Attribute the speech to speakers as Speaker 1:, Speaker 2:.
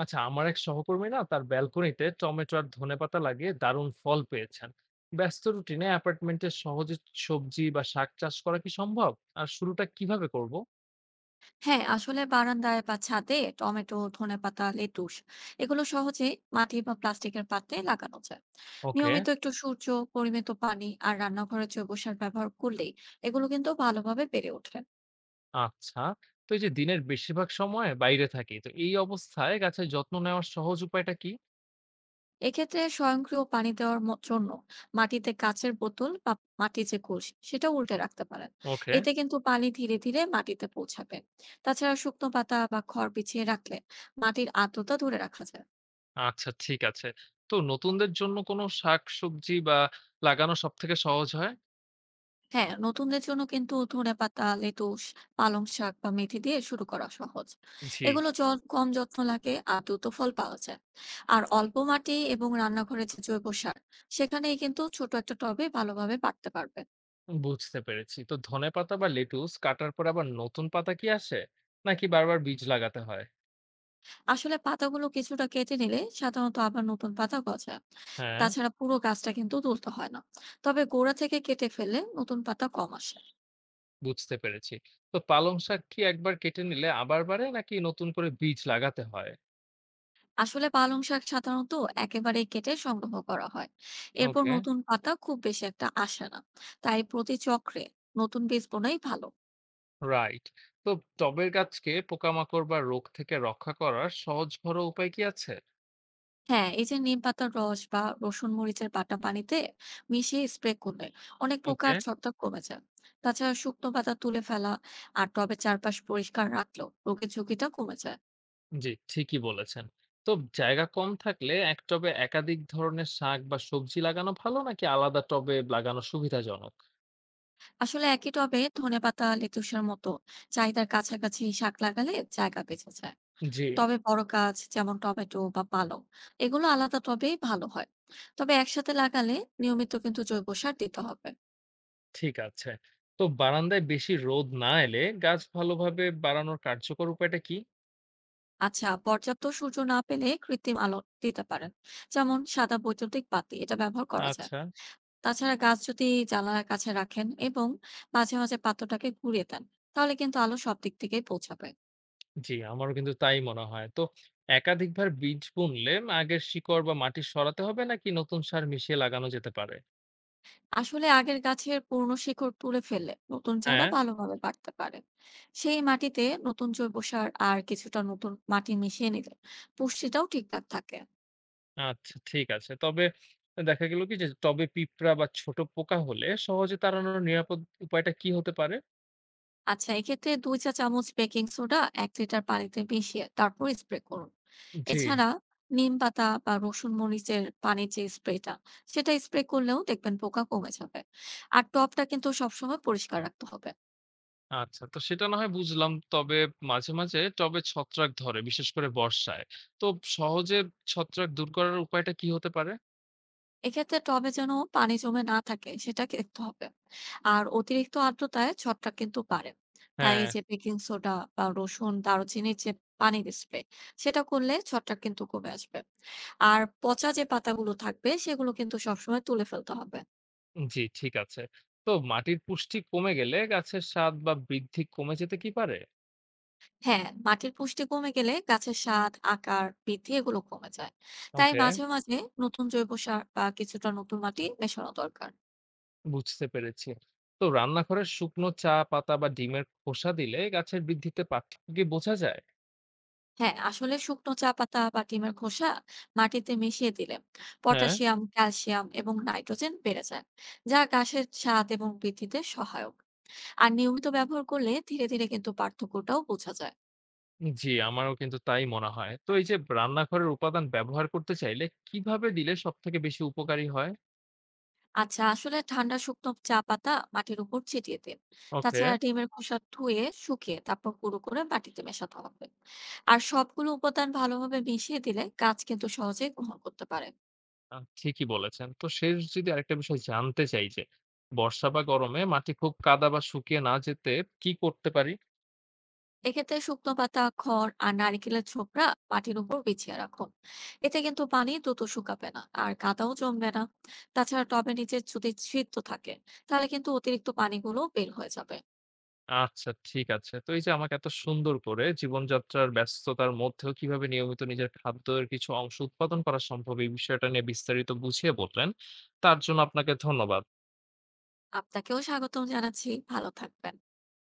Speaker 1: আচ্ছা, আমার এক সহকর্মী না তার ব্যালকনিতে টমেটো আর ধনেপাতা লাগিয়ে দারুণ ফল পেয়েছেন। ব্যস্ত রুটিনে অ্যাপার্টমেন্টে সহজে সবজি বা শাক চাষ করা কি সম্ভব? আর শুরুটা কিভাবে করব?
Speaker 2: হ্যাঁ, আসলে বারান্দায় বা ছাদে টমেটো, ধনেপাতা, লেটুস এগুলো সহজে মাটি বা প্লাস্টিকের পাত্রে লাগানো যায়।
Speaker 1: ওকে।
Speaker 2: নিয়মিত একটু সূর্য, পরিমিত পানি আর রান্নাঘরে জৈব সার ব্যবহার করলেই এগুলো কিন্তু ভালোভাবে বেড়ে ওঠে।
Speaker 1: আচ্ছা, তো এই যে দিনের বেশিরভাগ সময় বাইরে থাকি, তো এই অবস্থায় গাছের যত্ন নেওয়ার সহজ উপায়টা কি?
Speaker 2: এক্ষেত্রে স্বয়ংক্রিয় পানি দেওয়ার জন্য মাটিতে কাঁচের বোতল বা মাটির যে কলসি সেটা উল্টে রাখতে পারেন।
Speaker 1: ওকে।
Speaker 2: এতে কিন্তু পানি ধীরে ধীরে মাটিতে পৌঁছাবে। তাছাড়া শুকনো পাতা বা খড় বিছিয়ে রাখলে মাটির আর্দ্রতা ধরে রাখা যায়।
Speaker 1: আচ্ছা, ঠিক আছে। তো নতুনদের জন্য কোনো শাক সবজি বা লাগানো সব থেকে সহজ হয়?
Speaker 2: হ্যাঁ, নতুনদের জন্য কিন্তু ধনেপাতা, লেটুস, পালং শাক বা মেথি দিয়ে শুরু করা সহজ।
Speaker 1: জি।
Speaker 2: এগুলো কম যত্ন লাগে আর দ্রুত ফল পাওয়া যায়। আর অল্প মাটি এবং রান্নাঘরে যে জৈব সার সেখানেই কিন্তু ছোট একটা টবে ভালোভাবে বাড়তে পারবে।
Speaker 1: বুঝতে পেরেছি, তো ধনেপাতা বা লেটুস কাটার পর আবার নতুন পাতা কি আসে, নাকি বারবার বীজ লাগাতে হয়?
Speaker 2: আসলে পাতাগুলো কিছুটা কেটে নিলে সাধারণত আবার নতুন পাতা গজায়।
Speaker 1: হ্যাঁ।
Speaker 2: তাছাড়া পুরো গাছটা কিন্তু তুলতে হয় না। তবে গোড়া থেকে কেটে ফেললে নতুন পাতা কম আসে।
Speaker 1: বুঝতে পেরেছি, তো পালং শাক কি একবার কেটে নিলে আবার বাড়ে, নাকি নতুন করে বীজ লাগাতে হয়?
Speaker 2: আসলে পালং শাক সাধারণত একেবারে কেটে সংগ্রহ করা হয়। এরপর
Speaker 1: ওকে।
Speaker 2: নতুন পাতা খুব বেশি একটা আসে না। তাই প্রতি চক্রে নতুন বীজ বোনাই ভালো।
Speaker 1: রাইট। তো টবের গাছকে পোকামাকড় বা রোগ থেকে রক্ষা করার সহজ ঘরোয়া উপায় কি আছে?
Speaker 2: হ্যাঁ, এই যে নিম পাতার রস বা রসুন মরিচের বাটা পানিতে মিশিয়ে স্প্রে করলে অনেক পোকার
Speaker 1: ওকে।
Speaker 2: ছত্রাক কমে যায়। তাছাড়া শুকনো পাতা তুলে ফেলা আর টবের চারপাশ পরিষ্কার রাখলেও রোগের ঝুঁকিটা কমে যায়।
Speaker 1: জি, ঠিকই বলেছেন। তো জায়গা কম থাকলে এক টবে একাধিক ধরনের শাক বা সবজি লাগানো ভালো, নাকি আলাদা টবে লাগানো সুবিধাজনক?
Speaker 2: আসলে একই টবে ধনেপাতা লেটুসের মতো চাহিদার কাছাকাছি শাক লাগালে জায়গা বেঁচে যায়।
Speaker 1: জি,
Speaker 2: টবে বড় গাছ যেমন টমেটো বা পালং এগুলো আলাদা টবেই ভালো হয়। তবে একসাথে লাগালে নিয়মিত কিন্তু জৈব সার দিতে হবে।
Speaker 1: ঠিক আছে। তো বারান্দায় বেশি রোদ না এলে গাছ ভালোভাবে বাড়ানোর কার্যকর উপায়টা কি?
Speaker 2: আচ্ছা, পর্যাপ্ত সূর্য না পেলে কৃত্রিম আলো দিতে পারেন। যেমন সাদা বৈদ্যুতিক বাতি এটা ব্যবহার করা যায়।
Speaker 1: আচ্ছা।
Speaker 2: তাছাড়া গাছ যদি জানালার কাছে রাখেন এবং মাঝে মাঝে পাত্রটাকে ঘুরিয়ে দেন, তাহলে কিন্তু আলো সব দিক থেকেই পৌঁছাবে।
Speaker 1: জি, আমারও কিন্তু তাই মনে হয়। তো একাধিকবার বীজ বুনলে আগের শিকড় বা মাটি সরাতে হবে, নাকি নতুন সার মিশিয়ে লাগানো যেতে পারে?
Speaker 2: আসলে আগের গাছের পুরনো শিকড় তুলে ফেললে নতুন চারা
Speaker 1: হ্যাঁ।
Speaker 2: ভালোভাবে বাড়তে পারে। সেই মাটিতে নতুন জৈব সার আর কিছুটা নতুন মাটি মিশিয়ে নিলে পুষ্টিটাও ঠিকঠাক থাকে।
Speaker 1: আচ্ছা, ঠিক আছে। তবে দেখা গেল কি যে তবে পিঁপড়া বা ছোট পোকা হলে সহজে তাড়ানোর নিরাপদ উপায়টা কি হতে পারে?
Speaker 2: আচ্ছা, এক্ষেত্রে দুই চা চামচ বেকিং সোডা এক লিটার পানিতে মিশিয়ে তারপর স্প্রে করুন।
Speaker 1: জি।
Speaker 2: এছাড়া নিম পাতা বা রসুন মরিচের পানির যে স্প্রেটা সেটা স্প্রে করলেও দেখবেন পোকা কমে যাবে। আর টবটা কিন্তু সবসময় পরিষ্কার রাখতে হবে।
Speaker 1: আচ্ছা, তো সেটা না হয় বুঝলাম। তবে মাঝে মাঝে টবে ছত্রাক ধরে, বিশেষ করে বর্ষায়। তো সহজে ছত্রাক দূর করার উপায়টা কি হতে পারে?
Speaker 2: এক্ষেত্রে টবে যেন পানি জমে না থাকে সেটা দেখতে হবে। আর অতিরিক্ত আর্দ্রতায় ছত্রাক কিন্তু বাড়ে। তাই এই
Speaker 1: হ্যাঁ,
Speaker 2: যে বেকিং সোডা বা রসুন দারুচিনির যে পানির স্প্রে সেটা করলে ছত্রাক কিন্তু কমে আসবে। আর পচা যে পাতাগুলো থাকবে সেগুলো কিন্তু সবসময় তুলে ফেলতে হবে।
Speaker 1: জি, ঠিক আছে। তো মাটির পুষ্টি কমে গেলে গাছের স্বাদ বা বৃদ্ধি কমে যেতে কি পারে?
Speaker 2: হ্যাঁ, মাটির পুষ্টি কমে গেলে গাছের স্বাদ আকার বৃদ্ধি এগুলো কমে যায়। তাই
Speaker 1: ওকে,
Speaker 2: মাঝে মাঝে নতুন জৈব সার বা কিছুটা নতুন মাটি মেশানো দরকার।
Speaker 1: বুঝতে পেরেছি। তো রান্নাঘরের শুকনো চা পাতা বা ডিমের খোসা দিলে গাছের বৃদ্ধিতে পার্থক্য কি বোঝা যায়?
Speaker 2: হ্যাঁ, আসলে শুকনো চা পাতা বা ডিমের খোসা মাটিতে মিশিয়ে দিলে
Speaker 1: হ্যাঁ,
Speaker 2: পটাশিয়াম, ক্যালসিয়াম এবং নাইট্রোজেন বেড়ে যায়, যা ঘাসের স্বাদ এবং বৃদ্ধিতে সহায়ক। আর নিয়মিত ব্যবহার করলে ধীরে ধীরে কিন্তু পার্থক্যটাও বোঝা যায়।
Speaker 1: জি, আমারও কিন্তু তাই মনে হয়। তো এই যে রান্নাঘরের উপাদান ব্যবহার করতে চাইলে কিভাবে দিলে সবথেকে বেশি উপকারী হয়?
Speaker 2: আচ্ছা, আসলে ঠান্ডা শুকনো চা পাতা মাটির উপর ছিটিয়ে দিন।
Speaker 1: ওকে।
Speaker 2: তাছাড়া ডিমের খোসা ধুয়ে শুকিয়ে তারপর গুঁড়ো করে মাটিতে মেশাতে হবে। আর সবগুলো উপাদান ভালোভাবে মিশিয়ে দিলে গাছ কিন্তু সহজেই গ্রহণ করতে পারে।
Speaker 1: আ, ঠিকই বলেছেন। তো শেষ যদি আরেকটা বিষয় জানতে চাই যে, বর্ষা বা গরমে মাটি খুব কাদা বা শুকিয়ে না যেতে কি করতে পারি?
Speaker 2: এক্ষেত্রে শুকনো পাতা খড় আর নারকেলের ছোকরা মাটির উপর বিছিয়ে রাখুন। এতে কিন্তু পানি দ্রুত শুকাবে না আর কাদাও জমবে না। তাছাড়া টবের নিচে যদি ছিদ্র থাকে তাহলে কিন্তু অতিরিক্ত পানিগুলো বের হয়ে যাবে।
Speaker 1: আচ্ছা, ঠিক আছে। তো এই যে আমাকে এত সুন্দর করে জীবনযাত্রার ব্যস্ততার মধ্যেও কিভাবে নিয়মিত নিজের খাদ্যের কিছু অংশ উৎপাদন করা সম্ভব এই বিষয়টা নিয়ে বিস্তারিত বুঝিয়ে বললেন, তার জন্য আপনাকে ধন্যবাদ।
Speaker 2: আপনাকেও স্বাগতম জানাচ্ছি, ভালো থাকবেন।